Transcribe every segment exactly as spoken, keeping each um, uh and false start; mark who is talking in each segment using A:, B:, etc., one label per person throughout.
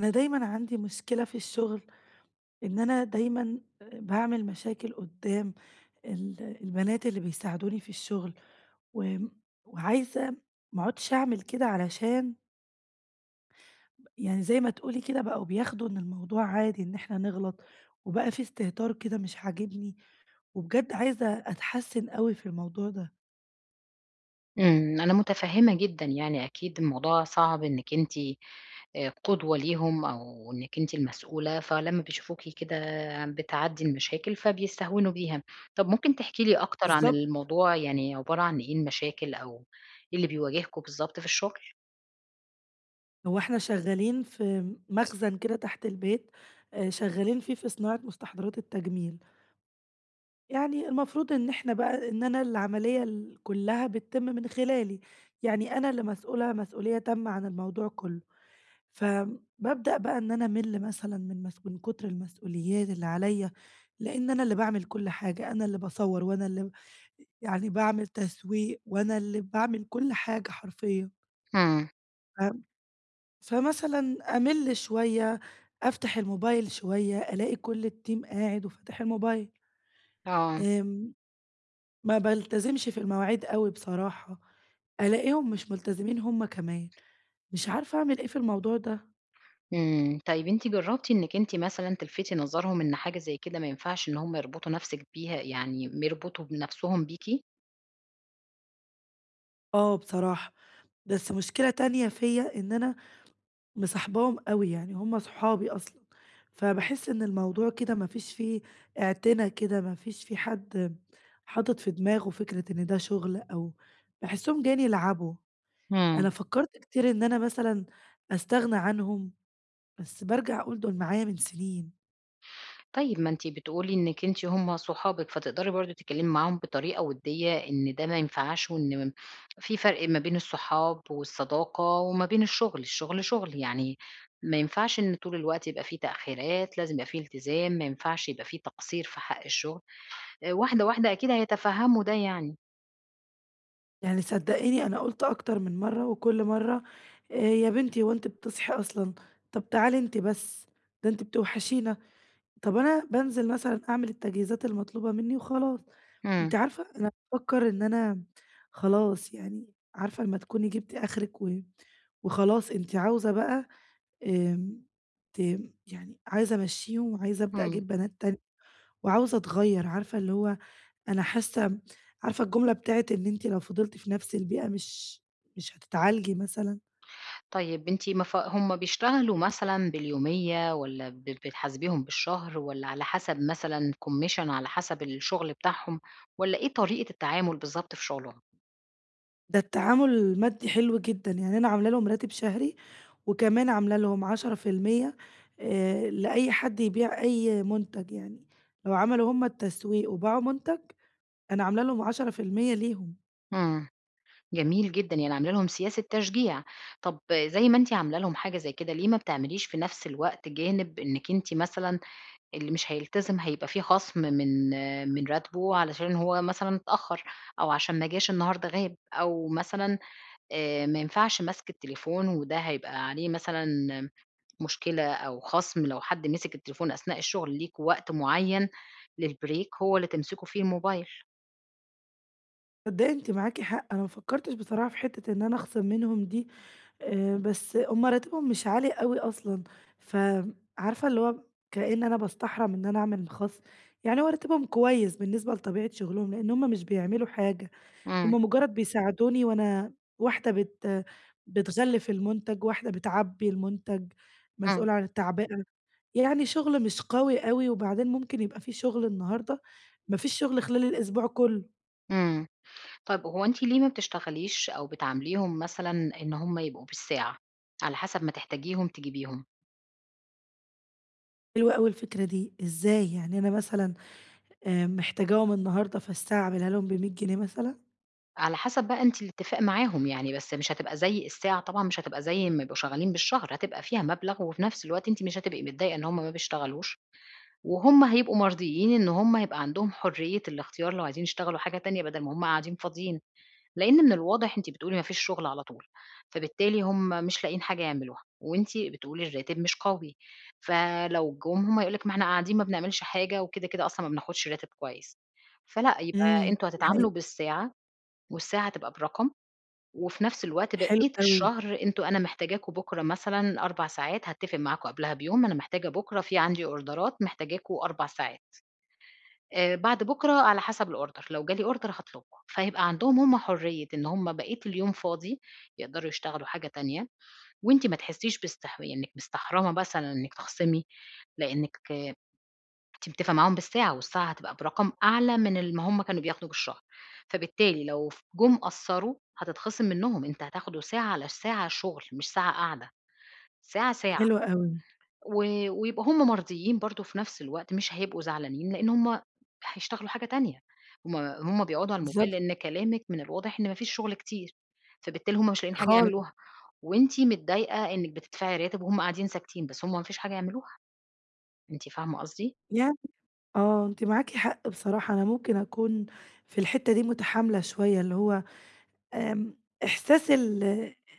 A: أنا دايمًا عندي مشكلة في الشغل، إن أنا دايمًا آآ باعمل مشاكل قدّام ال البنات اللي بيساعدوني في الشغل، وآمم وعايزة ما اقعدش أعمل كده علشان يعني زي ما تقولي كده بقوا بياخدوا إن الموضوع عادي إن إحنا نغلط، وبقى في استهتار كده مش عاجبني، وبجد عايزة أتحسّن أوي في الموضوع ده.
B: إمم، أنا متفهّمة جدًا يعني أكيد الموضوع صعب إنِّك أنتِ آآ قدوة ليهم أو إنِّك أنتِ المسؤولة، فلمّا بيشوفوكِ كده بتعدّي المشاكل فبيستهونوا بيها. طَب ممكن تحكي لي أكتر عن
A: بالضبط.
B: الموضوع، يعني عبارة عن إيه المشاكل أو إيه اللي بيواجهكم بالضبط في الشغل؟
A: هو إحنا شغالين في مخزن كده تحت البيت، آآ شغالين فيه في صناعة مستحضرات التجميل. يعني المفروض إن إحنا بقى إن أنا العملية ال كلّها بتتم من خلالي، يعني أنا اللي مسؤولة مسؤولية تامة عن الموضوع كلّه، فبابدأ بقى إن أنا أمِل مثلًا من مس من كتر المسؤوليات اللي عليَّ، لإن أنا اللي باعمل كل حاجة، أنا اللي باصوّر وأنا اللي يعني باعمل تسويق وأنا اللي باعمل كل حاجة حرفيًا،
B: إمم،
A: ف فمثلًا أمِل شوية، أفتح الموبايل شوية، ألاقي كل الteam قاعد وفاتح الموبايل،
B: آه،
A: آمم ما بالتزمش في المواعيد أوي بصراحة، ألاقيهم مش ملتزمين هُم كمان، مش عارفة أعمل إيه في الموضوع ده.
B: إمم. طيب أنتِ جرّبتِ إنِّك أنتِ مثلًا تلفتي نظرهم إن حاجة زي كده ما ينفعش إن هم يربطوا نَفْسِك بيها يعني م يربطوا بنَفْسهم بيكِ؟
A: آه بصراحة، بس مشكلة تانية فيّا إن أنا مصاحباهم أوي، يعني هُم صحابي أصلًا، فباحس إن الموضوع كده ما فيش فيه اعتنا كده، ما فيش فيه حد حاطط في دماغه فكرة إن ده شغل أو باحسهم جايين يلعبوا.
B: إمم.
A: أنا فكّرت كتير إن أنا مثلًا أستغنى عنهم، بس بارجع أقول دول معايا من سنين.
B: طيب ما أنتِ بتقولي إنِّك أنتِ هُم صحابِك، فتقدري برضه تتكلّمي معاهم بطريقة وديّة إن ده ما ينفعش وإن في فرق ما بين الصحاب والصداقة وما بين الشغل، الشغل شغل، يعني ما ينفعش إن طول الوقت يبقى في تأخيرات، لازم يبقى في التزام، ما ينفعش يبقى في تقصير في حق الشغل، آآ واحدة، واحدة أكيد هيتفهّموا ده يعني.
A: يعني صدقيني أنا قُلت أكتر من مرّة وكل مرّة آآ، "يا بنتي هو أنتِ بتصحي أصلًا؟ طب تعالي أنتِ بس، ده أنتِ بتوحشينا." طب أنا بانزل مثلًا أعمل التجهيزات المطلوبة منّي وخلاص.
B: إمم،
A: أنتِ عارفة أنا بافكّر إن أنا خلاص يعني عارفة لمّا تكوني جبتِ آخرِك و وخلاص أنتِ عاوزة بقى آمم، ت يعني عايزة أمشّيهم وعايزة أبدأ
B: إمم.
A: أجيب بنات تانية وعاوزة أتغيّر، عارفة اللي هو أنا حاسة عارفة الجملة بتاعة إن أنتِ لو فضلتِ في نفس البيئة مش مش هتتعالجي مثلًا،
B: طيب أنتِ ما ف هم بيشتغلوا مثلًا باليومية والّا ب بتحاسبيهم بالشهر والّا على حسب مثلًا commission على حسب الشغل بتاعهم والّا إيه طريقة التعامل بالضبط في شغلهم؟
A: ده التعامل المادي حلو جدًا، يعني أنا عاملة لهم راتب شهري وكمان عاملة لهم عشرة في المية آآ، لأي حد يبيع أي منتج، يعني لو عملوا هم التسويق وباعوا منتج، أنا عاملة لهم عشرة في المية ليهم.
B: إمم، جميل جدًا، يعني عاملة لهم سياسة تشجيع. طب زي ما أنتِ عاملة لهم حاجة زي كده، ليه ما بتعمليش في نفس الوقت جانب إنِّك أنتِ مثلًا اللي مش هيلتزم هيبقى في خصم من من راتبه علشان هو مثلًا اتأخر أو عشان ما جاش النهارده غاب أو مثلًا آآ ما ينفعش مَسْك التليفون، وده هيبقى عليه مثلًا مشكلة أو خَصْم لو حد مسك التليفون أثناء الشغل، ليكم وقت معيّن للbreak هو اللي تمسكوا فيه الموبايل.
A: تصدقي أنتِ معاكِ حق، أنا ما فكرتش بصراحة في حتة إن أنا أخصم منهم دي، آآ بس هم راتبهم مش عالي أوي أصلًا، فعارفة اللي هو كأن أنا باستحرم إن أنا أعمل خاص، يعني هو راتبهم كويس بالنسبة لطبيعة شغلهم، لإن هم مش بيعملوا حاجة، هم
B: إمم،
A: مجرد بيساعدوني وأنا واحدة بت بتغلف المنتج، واحدة بتعبي المنتج،
B: إمم،
A: مسؤولة عن التعبئة، يعني شغل مش قوي أوي، وبعدين ممكن يبقى في شغل النهارده، ما فيش شغل خلال الأسبوع كله.
B: إمم. طيب هو أنتِ ليه ما بتشتغليش أو بتعامليهم مثلًا إن هم يبقوا بالساعة، على حسب ما تحتاجيهم تجيبيهم،
A: حلوة أوي الفكرة دي، إزاي يعني أنا مثلًا آآ محتاجاهم النهارده فالساعة أعملها لهم ب100 جنيه مثلًا.
B: على حسب بقى أنتِ الاتفاق معاهم يعني، بس مش هتبقى زي الساعة طبعًا مش هتبقى زي أمّا يبقوا شغالين بالشهر، هتبقى فيها مبلغ، وفي نَفْس الوقت أنتِ مش هتبقي متضايقة إن هم ما بيشتغلوش. وهُم هيبقوا مرضيين إن هُم هيبقى عندهم حرية الاختيار لو عايزين يشتغلوا حاجة تانية بدل ما هُم قاعدين فاضيين، لإن من الواضح أنتِ بتقولي ما فيش شغل على طول، فبالتالي هُم مش لاقيين حاجة يعملوها، وأنتِ بتقولي الراتب مش قوي، فلو جُم هُم يقولوا لِك ما إحنا قاعدين ما بنعملش حاجة وكده، كده أصلًا ما بناخدش راتب كويس، فلأ يبقى
A: إمم.
B: أنتم
A: دي حقيقة.
B: هتتعاملوا بالساعة، والساعة هتبقى برقم، وفي نفس الوقت
A: حلو
B: بقية
A: أوي،
B: الشهر أنتم أنا محتاجاكم بُكرة مثلًا 4 ساعات، هاتفق معاكم قبلها بيوم، أنا محتاجة بُكرة في عندي أوردرات محتاجاكم 4 ساعات. آآ بعد بُكرة على حسب الorder، لو جه لي order هاطلبه، فهيبقى عندهم هم حرية إن هم بقية اليوم فاضي، يقدروا يشتغلوا حاجة تانية، وأنتِ ما تحسيش باستح إنِّك مستحرمة مثلًا إنِّك تخصمي، لإنِّك آه، أنتِ متفقة معاهم بالساعة، والساعة هتبقى برقم أعلى من ال ما هم كانوا بياخدوا بالشهر، فبالتالي لو ف جُم قصّروا هتتخصم منّهم، أنت هتاخدوا ساعة على ساعة شغل مش ساعة قعدة، ساعة، ساعة.
A: حلو أوي،
B: و ويبقوا هم مرضيين برضه في نفس الوقت، مش هيبقوا زعلانين، لإن هم هيشتغلوا حاجة تانية، هم هم بيقعدوا على الموبايل
A: بالضبط
B: لإن كلامِك من الواضح إن ما فيش شغل كتير، فبالتالي هم مش لاقيين حاجة
A: خالص
B: يعملوها، وأنتِ متضايقة إنِّك بتدفعي راتب وهم قاعدين ساكتين، بس هم ما فيش حاجة يعملوها، أنتِ فاهمة قصدي؟
A: يع آه، أنتِ معاكِ حق بصراحة، أنا ممكن أكون في الحتة دي متحاملة شوية، اللي هو آمم إحساس ال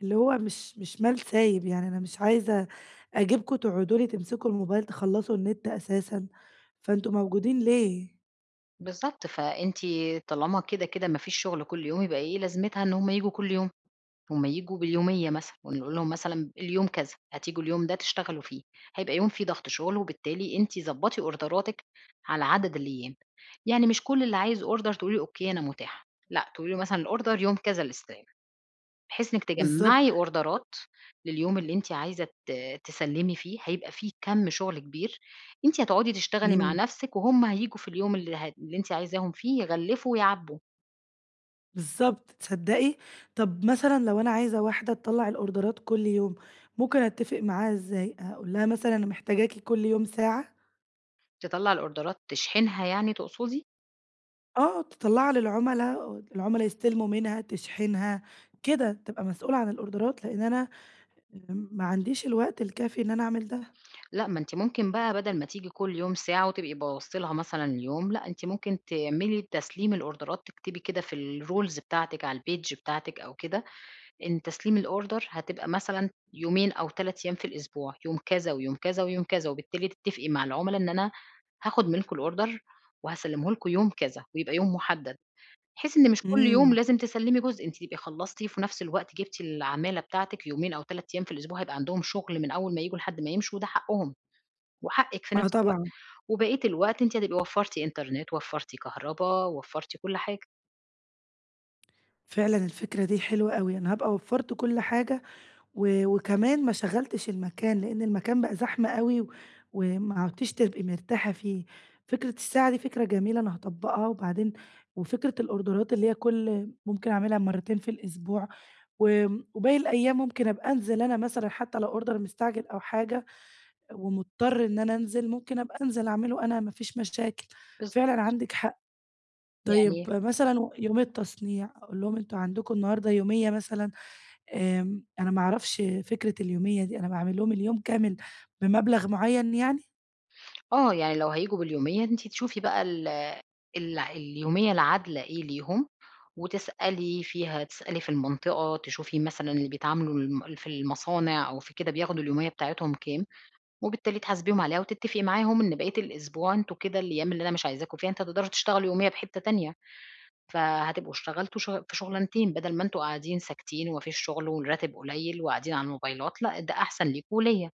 A: اللي هو مش مش مال سايب، يعني أنا مش عايزة أجيبكم تقعدوا لي تمسكوا الموبايل تخلّصوا النت أساسًا، فأنتم موجودين ليه؟
B: بالضبط، فأنتِ طالما كده، كده ما فيش شغل كل يوم، يبقى إيه لازمتها إن هم ييجوا كل يوم؟ هُم ييجوا باليومية مثلًا، ونقول لهم مثلًا اليوم كذا، هتيجوا اليوم ده تشتغلوا فيه، هيبقى يوم فيه ضغط شغل، وبالتالي أنتِ ضبّطي أوردراتِك على عدد الأيام، يعني مش كل اللي عايز order تقولي له أوكي أنا متاحة، لأ تقولي له مثلًا الorder يوم كذا الاستلام، بحيث إنِّك
A: بالضبط،
B: تجمّعي أوردرات لليوم اللي أنتِ عايزة ت تسلّمي فيه، هيبقى فيه كَم شغل كبير، أنتِ هتقعدي تشتغلي مع
A: إمم.
B: نَفْسِك، وهُم هييجوا في اليوم اللي ه اللي أنتِ عايزاهم فيه يغلّفوا ويعبّوا،
A: بالضبط، تصدّقي؟ طب مثلًا لو أنا عايزة واحدة تطلّع الأوردرات كل يوم، ممكن أتّفق معاها إزاي؟ أقول لها مثلًا أنا محتاجاكِ كل يوم ساعة
B: تطلّع الأوردرات تشحنها يعني تقصدي؟
A: آه، تطلّعها للعُملا، العُملا يستلموا منها، تشحنها، كده، تبقى مسؤولة عن الأوردرات، لإن أنا ما عنديش الوقت الكافي إن أنا أعمل ده.
B: لأ، ما أنتِ ممكن بقى بدل ما تيجي كل يوم ساعة وتبقي بوظتِ لها مثلًا اليوم، لأ، أنتِ ممكن تعملي تسليم الأوردرات، تكتبي كده في الrules بتاعتِك على الpage بتاعتِك أو كده، إن تسليم الorder هتبقى مثلًا يومين أو 3 أيام في الأسبوع، يوم كذا ويوم كذا ويوم كذا، وبالتالي تتفقي مع العُملا إن أنا هاخد منكم الorder وهاسلمه لكم يوم كذا، ويبقى يوم محدد، بحيث إن مش كل يوم
A: إمم،
B: لازم تسلمي جزء، أنتِ تبقي خلصتِ في نفس الوقت جبتِ العمالة بتاعتِك، يومين أو 3 أيام في الأسبوع هيبقى عندهم شغل من أول ما ييجوا لحد ما يمشوا وده حقهم. وحقِّك في
A: آه
B: نفس الوقت،
A: طبعًا،
B: وبقية الوقت أنتِ هتبقي وفّرتِ إنترنت، وفّرتِ كهربا، وفّرتِ كل حاجة.
A: فعلًا الفكرة دي حلوة أوي، أنا هابقى وفّرت كل حاجة و وكمان ما شغّلتش المكان، لإن المكان بقى زحمة أوي وما عُدتيش تبقي مرتاحة فيه. فكرة الساعة دي فكرة جميلة أنا هاطبّقها، وبعدين وفكرة الأوردرات اللي هي كل ممكن أعملها مرّتين في الأسبوع، وآمم وباقي الأيام ممكن أبقى أنزل أنا مثلًا حتى لو أوردر مستعجل أو حاجة ومضطر إن أنا أنزل، ممكن أبقى أنزل أعمله أنا ما فيش مشاكل. فعلًا
B: بالضبط.
A: عندِك حق.
B: يعني
A: طيب مثلًا و يومي التصنيع، أقول لهم أنتم عندكم النهارده يومية مثلًا؟ آمم، أنا ما أعرفش فكرة اليومية دي، أنا باعمل لهم اليوم كامل بمبلغ معيّن يعني؟
B: آه، يعني لو هييجوا باليومية أنتِ تشوفي بقى ال ال اليومية العادلة إيه ليهم، وتسألي فيها، تسألي في المنطقة، تشوفي مثلًا اللي بيتعاملوا الم في المصانع أو في كده بياخدوا اليومية بتاعتهم كام، وبالتالي تحاسبيهم عليها وتتفقي معاهم إن بقية الأسبوع أنتم كده الأيام اللي أنا مش عايزاكم فيها أنتم هتقدروا تشتغلوا يومية بحتّة تانية. فهتبقوا اشتغلتوا ش في شُغلانتين بدل ما أنتم قاعدين ساكتين وما فيش شُغل والراتب قليّل وقاعدين على الموبايلات، لأ ده أحسن ليكم وليّا.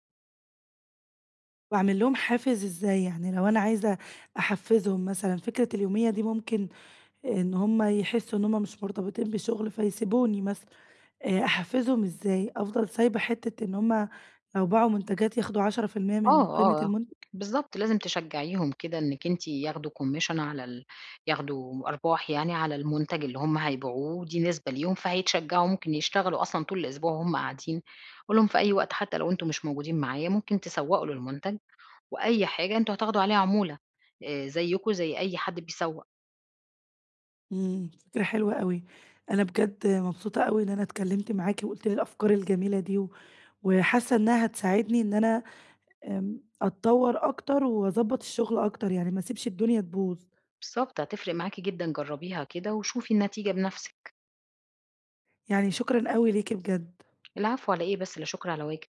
A: واعمل لهم حافز إزاي؟ يعني لو أنا عايزة أحفّزهم مثلًا، فكرة اليومية دي ممكن إن هُم يحسّوا إن هُم مش مرتبطين بشغل فيسيبوني مثلًا، آآ أحفّزهم إزاي؟ أفضل سايبة حتّة إن هُم لو باعوا منتجات ياخدوا عشرة في المئة من
B: آه،
A: قيمة
B: آه،
A: المنتج؟
B: بالضبط، لازم تشجّعيهم كده إنِّك أنتِ ياخدوا commission على ال ياخدوا أرباح يعني على المُنتَج اللي هم هيبيعوه، دي نسبة ليهم فهيتشجّعوا ممكن يشتغلوا أصلًا طول الأسبوع وهُم قاعدين، قُل لهم في أي وقت حتى لو أنتم مش موجودين معايا ممكن تسوّقوا للمُنتَج وأي حاجة أنتم هتاخدوا عليها عمولة، آآ زيّكم زي أي حد بيسوّق.
A: إمم، فكرة حلوة أوي. أنا بجد مبسوطة أوي إن أنا اتكلّمت معاكِ وقُلتِ لي الأفكار الجميلة دي و وحاسّة إنّها هتساعدني إن أنا آمم، أتطوّر أكتر وأضبّط الشغل أكتر، يعني ما اسيبش الدنيا تبوظ.
B: بالضبط، هتفرق معاكِ جدًا جرّبيها كده وشوفي النتيجة بنَفْسِك.
A: يعني شكرًا أوي ليكِ بجد.
B: العفو على إيه بس، لا شكر على واجب.